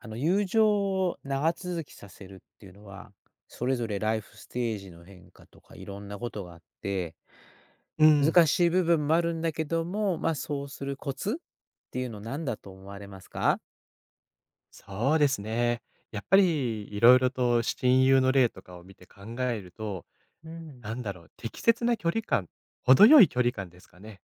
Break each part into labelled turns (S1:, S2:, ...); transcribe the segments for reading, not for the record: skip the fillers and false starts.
S1: 友情を長続きさせるっていうのは、それぞれライフステージの変化とかいろんなことがあって、
S2: うん、
S1: 難しい部分もあるんだけども、そうするコツっていうの何だと思われますか？
S2: そうですね。やっぱりいろいろと親友の例とかを見て考えると、
S1: うん。
S2: 適切な距離感、程よい距離感ですかね、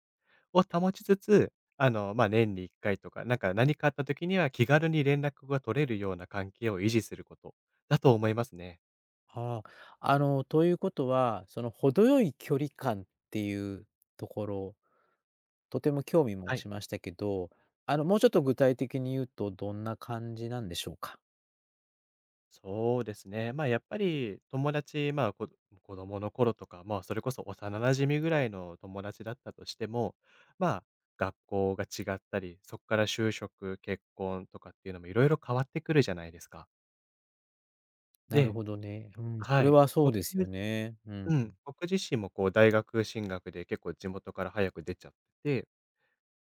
S2: を保ちつつ、年に1回とか、何かあった時には気軽に連絡が取れるような関係を維持することだと思いますね。
S1: ああ、ということは、その程よい距離感っていうところ、とても興味持
S2: はい。
S1: ちましたけど、もうちょっと具体的に言うとどんな感じなんでしょうか？
S2: そうですね。やっぱり友達、子供の頃とか、まあ、それこそ幼馴染ぐらいの友達だったとしても、まあ、学校が違ったり、そこから就職、結婚とかっていうのもいろいろ変わってくるじゃないですか。
S1: なる
S2: で、
S1: ほどね。うん、そ
S2: は
S1: れ
S2: い。
S1: はそう
S2: 僕、
S1: ですよね。うん。
S2: うん、僕自身もこう、大学進学で結構地元から早く出ちゃってて、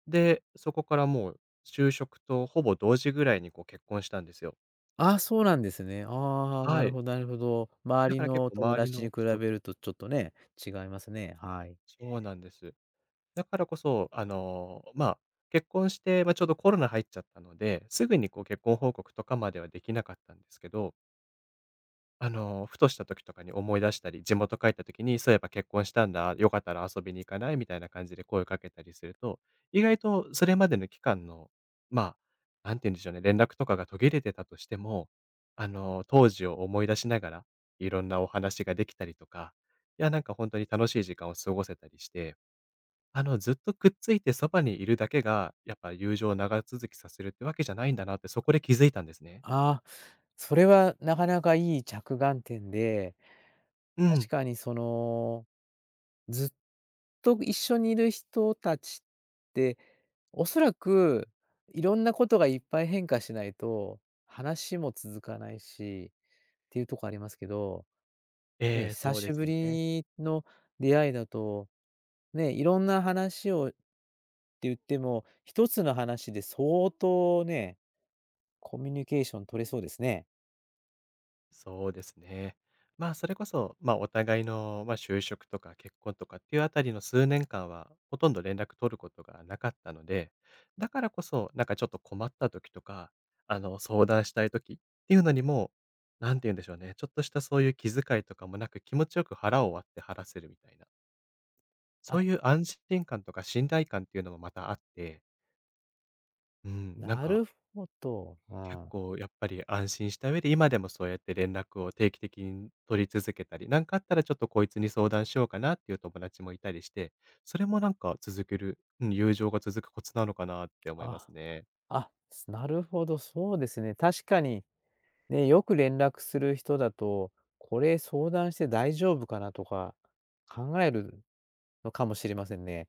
S2: で、そこからもう就職とほぼ同時ぐらいにこう結婚したんですよ。
S1: ああ、そうなんですね。ああ、な
S2: は
S1: る
S2: い。
S1: ほどなるほど。周
S2: だ
S1: り
S2: から
S1: の
S2: 結
S1: お
S2: 構
S1: 友
S2: 周り
S1: 達に
S2: の、
S1: 比べ
S2: そう、
S1: るとちょっとね、違いますね。はい。
S2: そうなんです。だからこそ、結婚して、まあ、ちょうどコロナ入っちゃったので、すぐにこう結婚報告とかまではできなかったんですけど、あの、ふとした時とかに思い出したり、地元帰った時に「そういえば結婚したんだ、よかったら遊びに行かない？」みたいな感じで声をかけたりすると、意外とそれまでの期間の、まあ、なんて言うんでしょうね、連絡とかが途切れてたとしても、あの、当時を思い出しながら、いろんなお話ができたりとか、いや、なんか本当に楽しい時間を過ごせたりして、あの、ずっとくっついてそばにいるだけが、やっぱ友情を長続きさせるってわけじゃないんだなって、そこで気づいたんですね。
S1: ああ、それはなかなかいい着眼点で、
S2: う
S1: 確
S2: ん。
S1: かにその、ずっと一緒にいる人たちって、おそらくいろんなことがいっぱい変化しないと、話も続かないしっていうとこありますけどね、
S2: ええ、
S1: 久
S2: そうで
S1: しぶ
S2: すね。
S1: りの出会いだと、ね、いろんな話をって言っても、一つの話で相当ね、コミュニケーション取れそうですね。
S2: そうですね。まあ、それこそ、まあ、お互いの、まあ、就職とか結婚とかっていうあたりの数年間は、ほとんど連絡取ることがなかったので、だからこそ、なんかちょっと困った時とか、あの、相談したい時っていうのにも、なんて言うんでしょうね、ちょっとしたそういう気遣いとかもなく、気持ちよく腹を割って話せるみたいな。
S1: あ、
S2: そういう安心感とか信頼感っていうのもまたあって、うん、なん
S1: な
S2: か、
S1: るほど。う
S2: 結
S1: ん。
S2: 構やっぱり安心した上で、今でもそうやって連絡を定期的に取り続けたり、なんかあったらちょっとこいつに相談しようかなっていう友達もいたりして、それもなんか続ける、うん、友情が続くコツなのかなって思いま
S1: あ、
S2: すね。
S1: なるほど、そうですね。確かに、ね、よく連絡する人だと、これ相談して大丈夫かなとか、考えるのかもしれませんね。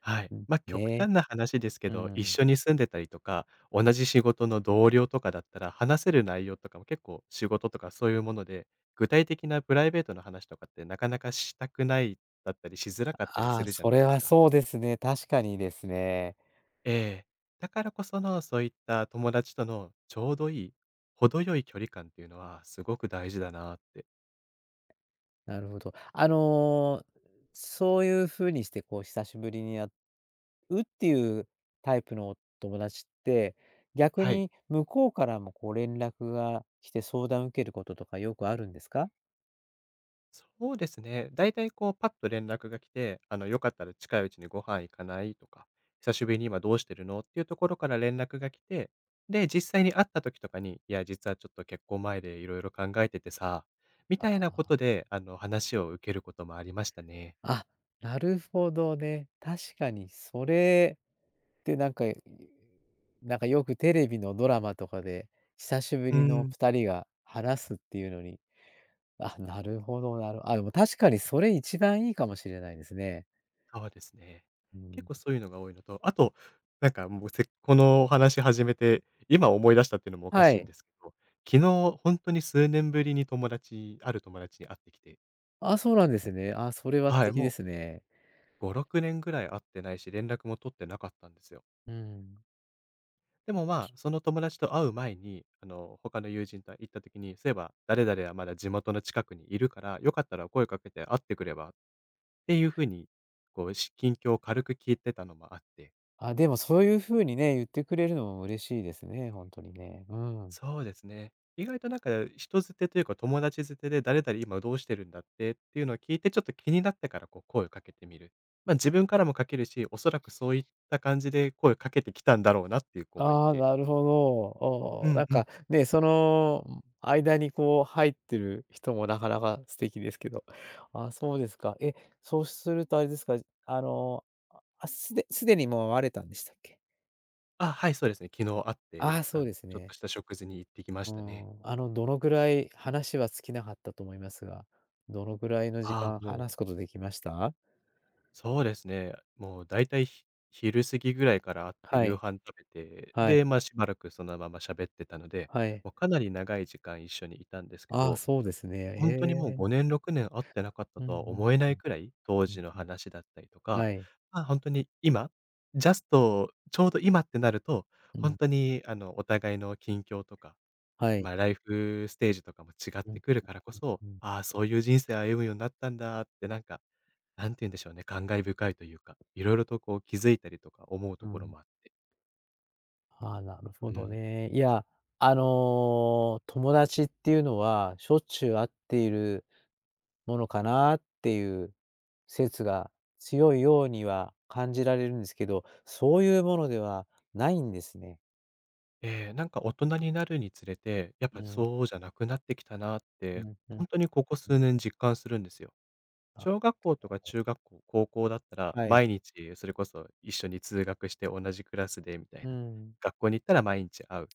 S1: うん、
S2: 極
S1: ね。
S2: 端な話ですけ
S1: う
S2: ど、一
S1: ん。
S2: 緒に住んでたりとか、同じ仕事の同僚とかだったら、話せる内容とかも結構仕事とかそういうもので、具体的なプライベートの話とかってなかなかしたくないだったり、しづらかったり
S1: あ
S2: す
S1: あ、
S2: るじゃ
S1: そ
S2: ない
S1: れ
S2: です
S1: は
S2: か。
S1: そうですね。確かにですね。
S2: ええ。だからこその、そういった友達とのちょうどいい、程よい距離感っていうのはすごく大事だなって。
S1: なるほど。そういうふうにして、こう、久しぶりに会うっていうタイプのお友達って、逆
S2: はい、
S1: に向こうからも、こう、連絡が来て相談受けることとかよくあるんですか？
S2: そうですね。だいたいこうパッと連絡が来て、あの、よかったら近いうちにご飯行かないとか、久しぶりに今どうしてるのっていうところから連絡が来て、で、実際に会った時とかに、いや、実はちょっと結婚前でいろいろ考えててさ、みたいなことで、あの、話を受けることもありましたね。
S1: あ、なるほどね。確かにそれで、なんか、なんかよくテレビのドラマとかで、久しぶ
S2: う
S1: りの
S2: ん。
S1: 2人が話すっていうのに、あ、なるほどなるあ、でも確かにそれ一番いいかもしれないですね。
S2: そうですね。
S1: う
S2: 結
S1: ん。
S2: 構そういうのが多いのと、あと、もうせこのお話始めて、今思い出したっていうのもおか
S1: は
S2: しいん
S1: い。
S2: ですけど、昨日本当に数年ぶりに友達、ある友達に会ってきて、
S1: あ、そうなんですね。あ、それは素
S2: はい、
S1: 敵で
S2: もう
S1: すね。
S2: 5、6年ぐらい会ってないし、連絡も取ってなかったんですよ。
S1: うん。
S2: でも、まあ、その友達と会う前に、あの、他の友人と行った時に、そういえば誰々はまだ地元の近くにいるから、よかったら声かけて会ってくればっていう風に、近況を軽く聞いてたのもあって、
S1: あ、でもそういう風にね、言ってくれるのも嬉しいですね、ほんとにね。うん。
S2: そうですね。意外となんか人づてというか友達づてで誰々今どうしてるんだってっていうのを聞いてちょっと気になってからこう声をかけてみる。まあ自分からもかけるし、おそらくそういった感じで声をかけてきたんだろうなっていう子もい
S1: ああ、
S2: て、
S1: なるほど。
S2: う
S1: おーな
S2: ん
S1: ん
S2: うん。
S1: かね、その、間にこう入ってる人もなかなか素敵ですけど。あーそうですか。え、そうするとあれですか、あの、あですでにもう会われたんでしたっけ？
S2: あ、はい、そうですね。昨日会っ
S1: あ
S2: て、
S1: あー、そ
S2: あ
S1: う
S2: の、
S1: です
S2: ちょっ
S1: ね。
S2: とした食事に行ってきま
S1: う
S2: したね。
S1: ん。どのぐらい話は尽きなかったと思いますが、どのぐらいの時
S2: ああ、
S1: 間
S2: も
S1: 話す
S2: う、
S1: ことできました？
S2: そうですね。もうだいたい、ひ昼過ぎぐらいから会って
S1: は
S2: 夕
S1: い。
S2: 飯食べて、
S1: はい。
S2: で、ま、しばらくそのまま喋ってたので、
S1: はい。
S2: もうかなり長い時間一緒にいたんですけ
S1: ああ、
S2: ど、
S1: そうですね。
S2: ほんとにもう
S1: へえ。
S2: 5年、6年会ってなかった
S1: うん
S2: とは
S1: うん、
S2: 思えな
S1: う
S2: い
S1: ん、
S2: くらい、当
S1: うん
S2: 時の
S1: うん。
S2: 話だったりとか、
S1: はい。
S2: まあ、ほんとに今、ジャストちょうど今ってなると、
S1: う
S2: ほん
S1: ん。
S2: とにあの、お互いの近況とか、
S1: はい。
S2: まあ、ライフステージとかも違っ
S1: うんう
S2: て
S1: ん。
S2: くるからこそ、ああ、そういう人生歩むようになったんだって、なんか、なんて言うんでしょうね、感慨深いというか、いろいろとこう気づいたりとか思うと
S1: う
S2: ころ
S1: ん。
S2: もあって。
S1: ああ、なるほ
S2: う
S1: ど
S2: ん。
S1: ね。いや、友達っていうのは、しょっちゅう会っているものかなっていう説が強いようには感じられるんですけど、そういうものではないんですね。
S2: ええ、なんか大人になるにつれて、やっ
S1: う
S2: ぱ
S1: ん、
S2: そうじゃなくなってきたなっ
S1: う
S2: て、
S1: ん、うん、
S2: ほんとにここ
S1: うん。
S2: 数年実感するんですよ。
S1: あ、
S2: 小学校とか中学校、高校だったら、
S1: はい。
S2: 毎日それこそ一緒に通学して同じクラスでみたい
S1: う
S2: な。
S1: ん。
S2: 学校に行ったら毎日会う。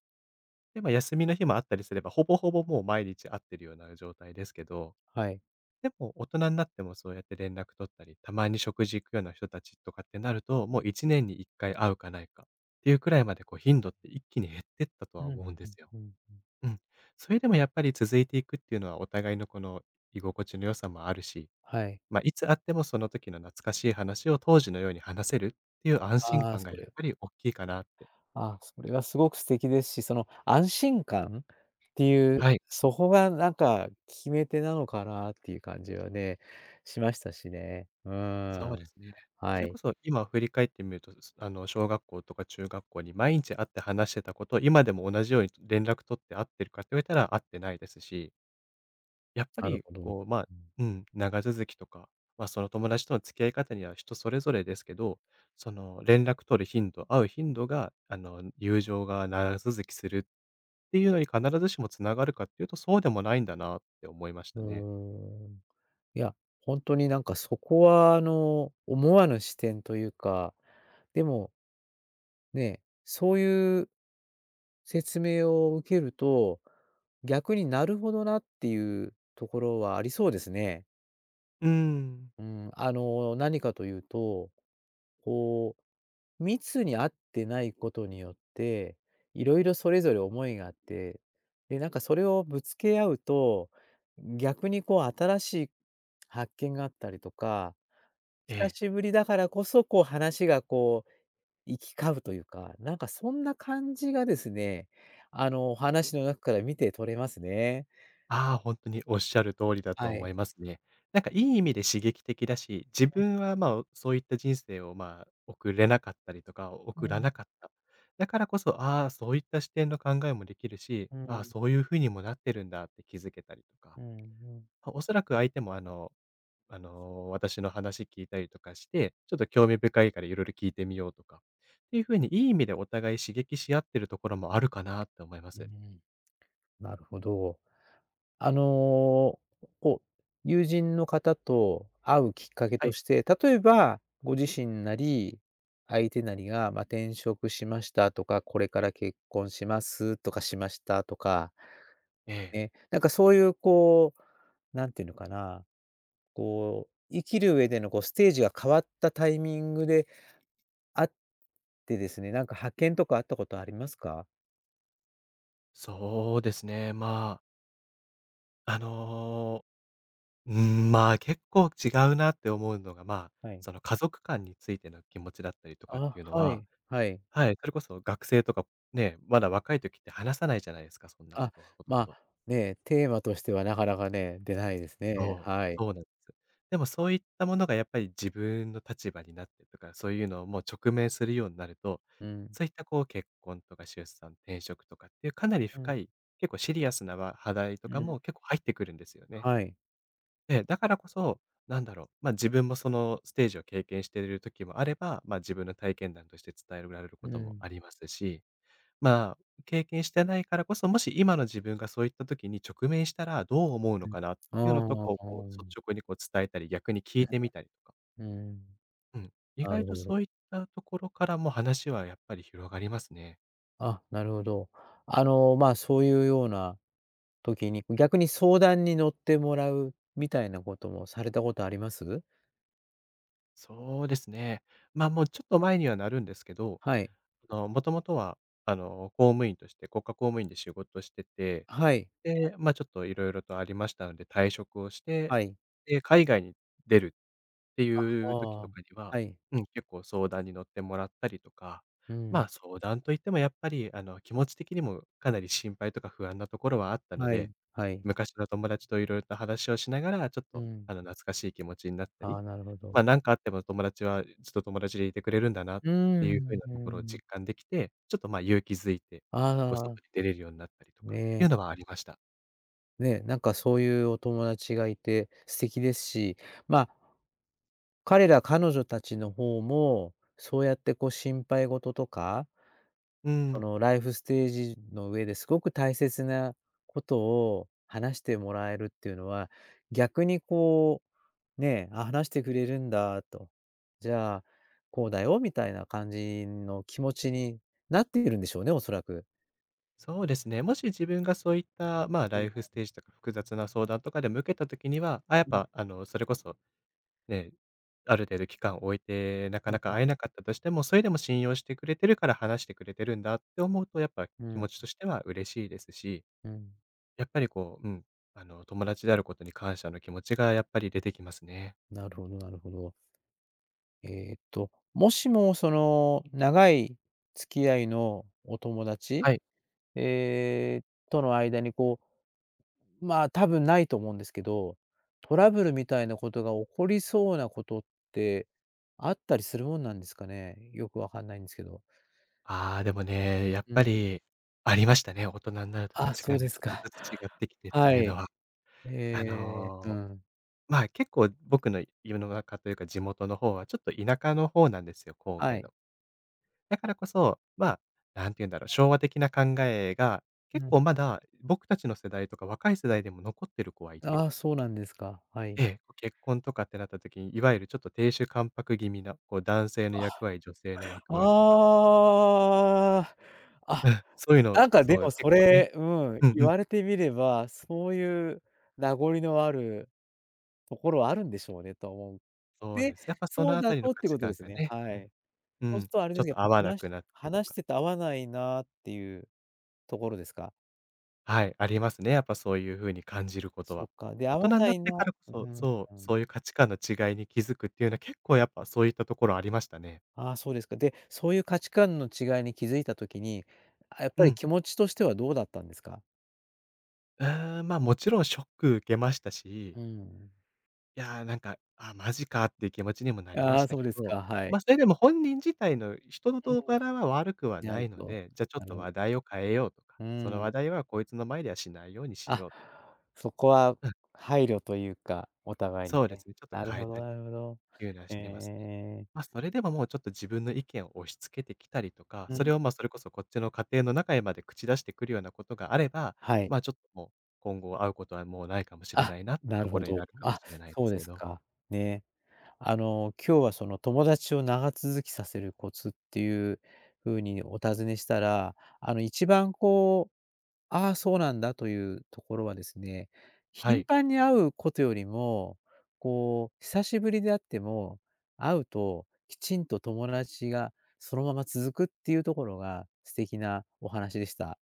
S2: で、まあ、休みの日もあったりすれば、ほぼほぼもう毎日会ってるような状態ですけど、
S1: はい。
S2: でも大人になってもそうやって連絡取ったり、たまに食事行くような人たちとかってなると、もう1年に1回会うかないかっていうくらいまで、こう、頻度って一気に減ってったと
S1: う
S2: は
S1: ん、
S2: 思うんで
S1: うん、
S2: すよ。
S1: うん。
S2: うん。それでもやっぱり続いていくっていうのは、お互いのこの居心地の良さもあるし、
S1: はい。
S2: まあ、いつ会ってもその時の懐かしい話を当時のように話せるっていう安心
S1: あ
S2: 感
S1: あ、
S2: がやっぱり大きいかなって。
S1: あ、それはすごく素敵ですし、その安心感っていう、
S2: はい。
S1: そこがなんか決め手なのかなっていう感じはね、しましたしね。うー
S2: そう
S1: ん、
S2: ですね。
S1: は
S2: それ
S1: い、
S2: こそ今振り返ってみると、すあの、小学校とか中学校に毎日会って話してたこと、今でも同じように連絡取って会ってるかって言われたら会ってないですし、やっぱ
S1: なる
S2: り
S1: ほど。う
S2: こう、まあ、
S1: ん。
S2: うん、長続きとか、まあ、その友達との付き合い方には人それぞれですけど、その連絡取る頻度、会う頻度が、あの、友情が長続きするっていうのに必ずしもつながるかっていうと、そうでもないんだなって思いまし
S1: うー
S2: たね。
S1: ん。いや、本当になんかそこはあの、思わぬ視点というか、でもね、そういう説明を受けると、逆になるほどなっていうところはありそうですね。
S2: うーん。
S1: うん、何かというと、こう、密に合ってないことによって、いろいろそれぞれ思いがあって、で、なんかそれをぶつけ合うと、逆にこう新しい発見があったりとか、
S2: え
S1: 久
S2: え。
S1: しぶりだからこそ、こう話がこう行き交うというか、なんかそんな感じがですね、お話の中から見て取れますね。
S2: ああ、本当におっしゃる通りだと
S1: は
S2: 思
S1: い。
S2: いますね。なんかいい意味で刺激的だし、自分は、まあ、そういった人生を、まあ、送れなかったりとか、
S1: う
S2: 送ら
S1: ん、
S2: なかった。だからこそ、ああ、そういった視点の考えもできるし、
S1: うん、う
S2: ああ、
S1: ん、
S2: そういうふうにもなってるんだって気づけたりとか、
S1: うん。
S2: まあおそらく相手も、私の話聞いたりとかして、ちょっと興味深いからいろいろ聞いてみようとかっていうふうに、いい意味でお互い刺激し合ってるところもあるかなって思いま
S1: う
S2: す。
S1: ん、なるほど。あの、こう、友人の方と会うきっかけ
S2: は
S1: と
S2: い。
S1: して、例えば、ご自身なり、相手なりが、転職しましたとか、これから結婚しますとか、しましたとか、
S2: ええ。
S1: ね、なんかそういうこう、なんていうのかな、こう、生きる上でのこうステージが変わったタイミングであってですね、なんか発見とかあったことありますか？
S2: そうですね、あのー、うまあ、結構違うなって思うのが、まあ、
S1: はい。
S2: その家族間についての気持ちだったりとかっ
S1: あ、
S2: ていうの
S1: は
S2: は、
S1: い、はい。
S2: はい、それこそ学生とかね、まだ若い時って話さないじゃないですか、そんなこ
S1: あ、
S2: とはほと
S1: ま
S2: ん
S1: あ、
S2: ど。
S1: ね、テーマとしてはなかなかね、出ないですね。
S2: そう、
S1: はい。
S2: そうなんです。でもそういったものがやっぱり自分の立場になってとか、そういうのをもう直面するようになると、
S1: うん。
S2: そういったこう結婚とか出産、転職とかっていうかなり
S1: うん、
S2: 深い、結構シリアスな話題と
S1: う
S2: か
S1: ん。
S2: も結構入ってくるんですよね。
S1: はい。
S2: ええ、だからこそ、なんだろう、まあ、自分もそのステージを経験している時もあれば、まあ、自分の体験談として伝えられる
S1: う
S2: ことも
S1: ん、
S2: ありますし、まあ、経験してないからこそ、もし今の自分がそういった時に直面したらどう思うの
S1: うん。
S2: かなっ
S1: あ
S2: ていうのと
S1: あ、
S2: かを
S1: ああ、
S2: こ
S1: う
S2: う
S1: ん
S2: 率直にこう伝えたり、逆に聞いてみたりとか、
S1: うんうんはいうんうん
S2: うん、意
S1: ああうん
S2: 外
S1: うんな
S2: と
S1: るほど。
S2: そういったところからも話はやっぱり広がりますね。
S1: あ、なるほど。そういうような時に、逆に相談に乗ってもらうみたいなこともされたことあります？
S2: そうですね。ま、もうちょっと前にはなるんですけど、
S1: はい。
S2: あの、もともとは、あの、公務員として、国家公務員で仕事してて、
S1: はい。
S2: で、ま、ちょっといろいろとありましたので、退職をして、
S1: はい。
S2: で、海外に出るっていう時
S1: あ
S2: と
S1: あ、
S2: かには、
S1: はい。
S2: うん、結構相談に乗ってもらったりとか、
S1: うん。
S2: まあ、相談といってもやっぱり、あの、気持ち的にもかなり心配とか不安なところはあったの
S1: はい。
S2: で、
S1: はい。
S2: 昔の友達と色々と話をしながら、ちょっ
S1: う
S2: と、
S1: ん。
S2: あの、懐かしい気持ちになった
S1: あ
S2: り、
S1: あ、なるほど。
S2: ま、なんかあっても友達はずっと友達でいてくれるんだなっ
S1: う
S2: ていう風
S1: ん、う
S2: なと
S1: ー
S2: ころを
S1: ん。
S2: 実感できて、ちょっと、ま、勇気づいて、こう、
S1: あ
S2: 外
S1: あ、
S2: に出れるようになったりとかっ
S1: ね
S2: ていう
S1: え。
S2: のはありました。
S1: ね、なんかそういうお友達がいて素敵ですし、まあ彼ら彼女たちの方も、そうやってこう心配事とか
S2: う
S1: そ
S2: ん、
S1: のライフステージの上ですごく大切なことを話してもらえるっていうのは、逆にこう、ね、あ、話してくれるんだと、じゃあ、こうだよみたいな感じの気持ちになっているんでしょうね、おそらく。
S2: そうですね。もし自分がそういった、まあ、
S1: う
S2: ラ
S1: ん、
S2: イフステージとか複雑な相談とかでも受けた時には、あ、やっ
S1: うん、
S2: ぱ、あの、それこそね、ある程度期間を置いて、なか
S1: う
S2: な
S1: ん。
S2: か会えなかったとしても、それでも信用してくれてるから話してくれてるんだって思うと、やっぱ
S1: う
S2: 気持
S1: ん、
S2: ちとしては嬉しいですし、
S1: うん。
S2: やっぱりこう、うん、あの、友達であることに感謝の気持ちがやっぱり出てきますね。
S1: なるほどなるほど。えーっと、もしもその長い付き合いのお友達、
S2: はい。
S1: えーとの間にこう、多分ないと思うんですけど、トラブルみたいなことが起こりそうなことってあったりするもんなんですかね？よくわかんないんですけど。
S2: ああ、でもね、やっ
S1: う
S2: ぱ
S1: ん。
S2: りありましたね。大人になると価
S1: あ、
S2: 値
S1: そう
S2: 観
S1: で
S2: が
S1: す
S2: ちょっ
S1: か。
S2: とずつ違っ てきてっ
S1: は
S2: ていう
S1: い。
S2: のは。あ
S1: えー、う
S2: のー
S1: ん。
S2: まあ、結構僕の世の中というか地元の方はちょっと田舎の方なんですよ、郊
S1: は
S2: 外
S1: い。
S2: の。だからこそ、まあ、なんて言うんだろう、昭和的な考えが
S1: う
S2: 結
S1: ん。
S2: 構まだ僕たちの世代とか若い世代でも残ってる子はいて、
S1: ああ、そうなんですか。はい。
S2: ええ、結婚とかってなった時に、いわゆるちょっと亭主関白気味な、こう男性の
S1: あ、
S2: 役割、女性の役割とか、
S1: ああ。あ
S2: うん、そういうの、
S1: なんかで
S2: そう、
S1: もそ
S2: 結構ね、
S1: れ、うん、
S2: うん
S1: 言
S2: うん、
S1: われてみれば、そういう名残のあるところはあるんでしょうねと思う。
S2: そうなん
S1: で、
S2: です。やっぱそ
S1: そ
S2: の
S1: う
S2: あ
S1: だ
S2: たりの
S1: とっ
S2: 価
S1: て
S2: 値
S1: こと
S2: 観
S1: です
S2: が
S1: ね。
S2: ね、
S1: は
S2: うん、
S1: い。
S2: う
S1: そうす
S2: ん、
S1: るとあれで
S2: ちょ
S1: す
S2: っ
S1: ね、やっ
S2: と
S1: ぱ
S2: 合わな
S1: 話
S2: く
S1: し
S2: なったりと
S1: 話し
S2: か。
S1: てて合わないなっていうところですか？
S2: はい、ありますね。やっぱそういう風に感じること
S1: そっ
S2: は。
S1: か、で、
S2: 大
S1: 合わ
S2: 人に
S1: な
S2: なっ
S1: い
S2: て
S1: な
S2: からこ
S1: う
S2: そ、
S1: ん
S2: そう、
S1: うん。
S2: そういう価値観の違いに気づくっていうのは結構やっぱそういったところありましたね。
S1: ああ、そうですか。で、そういう価値観の違いに気づいた時に、あ、やっ
S2: う
S1: ぱり
S2: ん。
S1: 気持ちとしてはどうだったんですか？
S2: うーん、ま、もちろんショック受けました
S1: う
S2: し、
S1: ん。
S2: いや、なんか、あ、マジかっていう気持ちにもなりま
S1: あ
S2: し
S1: あ、
S2: た
S1: そう
S2: け
S1: ですか、
S2: ど、
S1: はい。
S2: ま、それでも本人自体の人の
S1: う
S2: 柄
S1: ん、
S2: は悪くは
S1: な
S2: な
S1: る
S2: い
S1: ほ
S2: の
S1: ど。
S2: で、じゃ、あちょっ
S1: なる
S2: と
S1: ほど
S2: 話題を変えようとか、
S1: う
S2: その
S1: ーん。
S2: 話題はこいつの前ではしないようにし
S1: あ、
S2: ようとか、
S1: そこは
S2: うん、
S1: 配慮というか、お互いに
S2: そうで
S1: ね。
S2: すね、ちょっと
S1: なる
S2: 変え
S1: ほど
S2: たり
S1: なるほど。
S2: いうのは
S1: え
S2: し
S1: ええ
S2: てますね。
S1: ええ
S2: まあ、
S1: え。
S2: それでももうちょっと自分の意見を押し付けてきたりとか、
S1: う
S2: そ
S1: ん、
S2: れを、まあ、それこそこっちの家庭の中へまで口出してくるようなことがあれば、
S1: はい。
S2: まあ、ちょっともう、今後会うことはもうないかもしれ
S1: あ、
S2: ないなって
S1: な
S2: と
S1: る
S2: こ
S1: ほ
S2: ろに
S1: ど。
S2: なるかも
S1: あ、
S2: しれないで
S1: そう
S2: す
S1: で
S2: け
S1: す
S2: ど。
S1: か。ね。今日はその友達を長続きさせるコツっていう風にお尋ねしたら、一番こうああ、そうなんだというところはですね、
S2: は
S1: 頻
S2: い。
S1: 繁に会うことよりも、こう、久しぶりであっても、会うときちんと友達がそのまま続くっていうところが素敵なお話でした。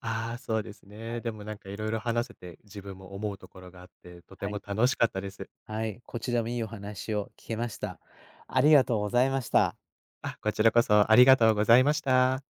S2: ああ、そうです
S1: は
S2: ね。
S1: い。
S2: でもなんかいろいろ話せて、自分も思うところがあって、とて
S1: はい。
S2: も楽しかったです。
S1: はい、こちらもいいお話を聞けました。ありがとうございました。
S2: あ、こちらこそありがとうございました。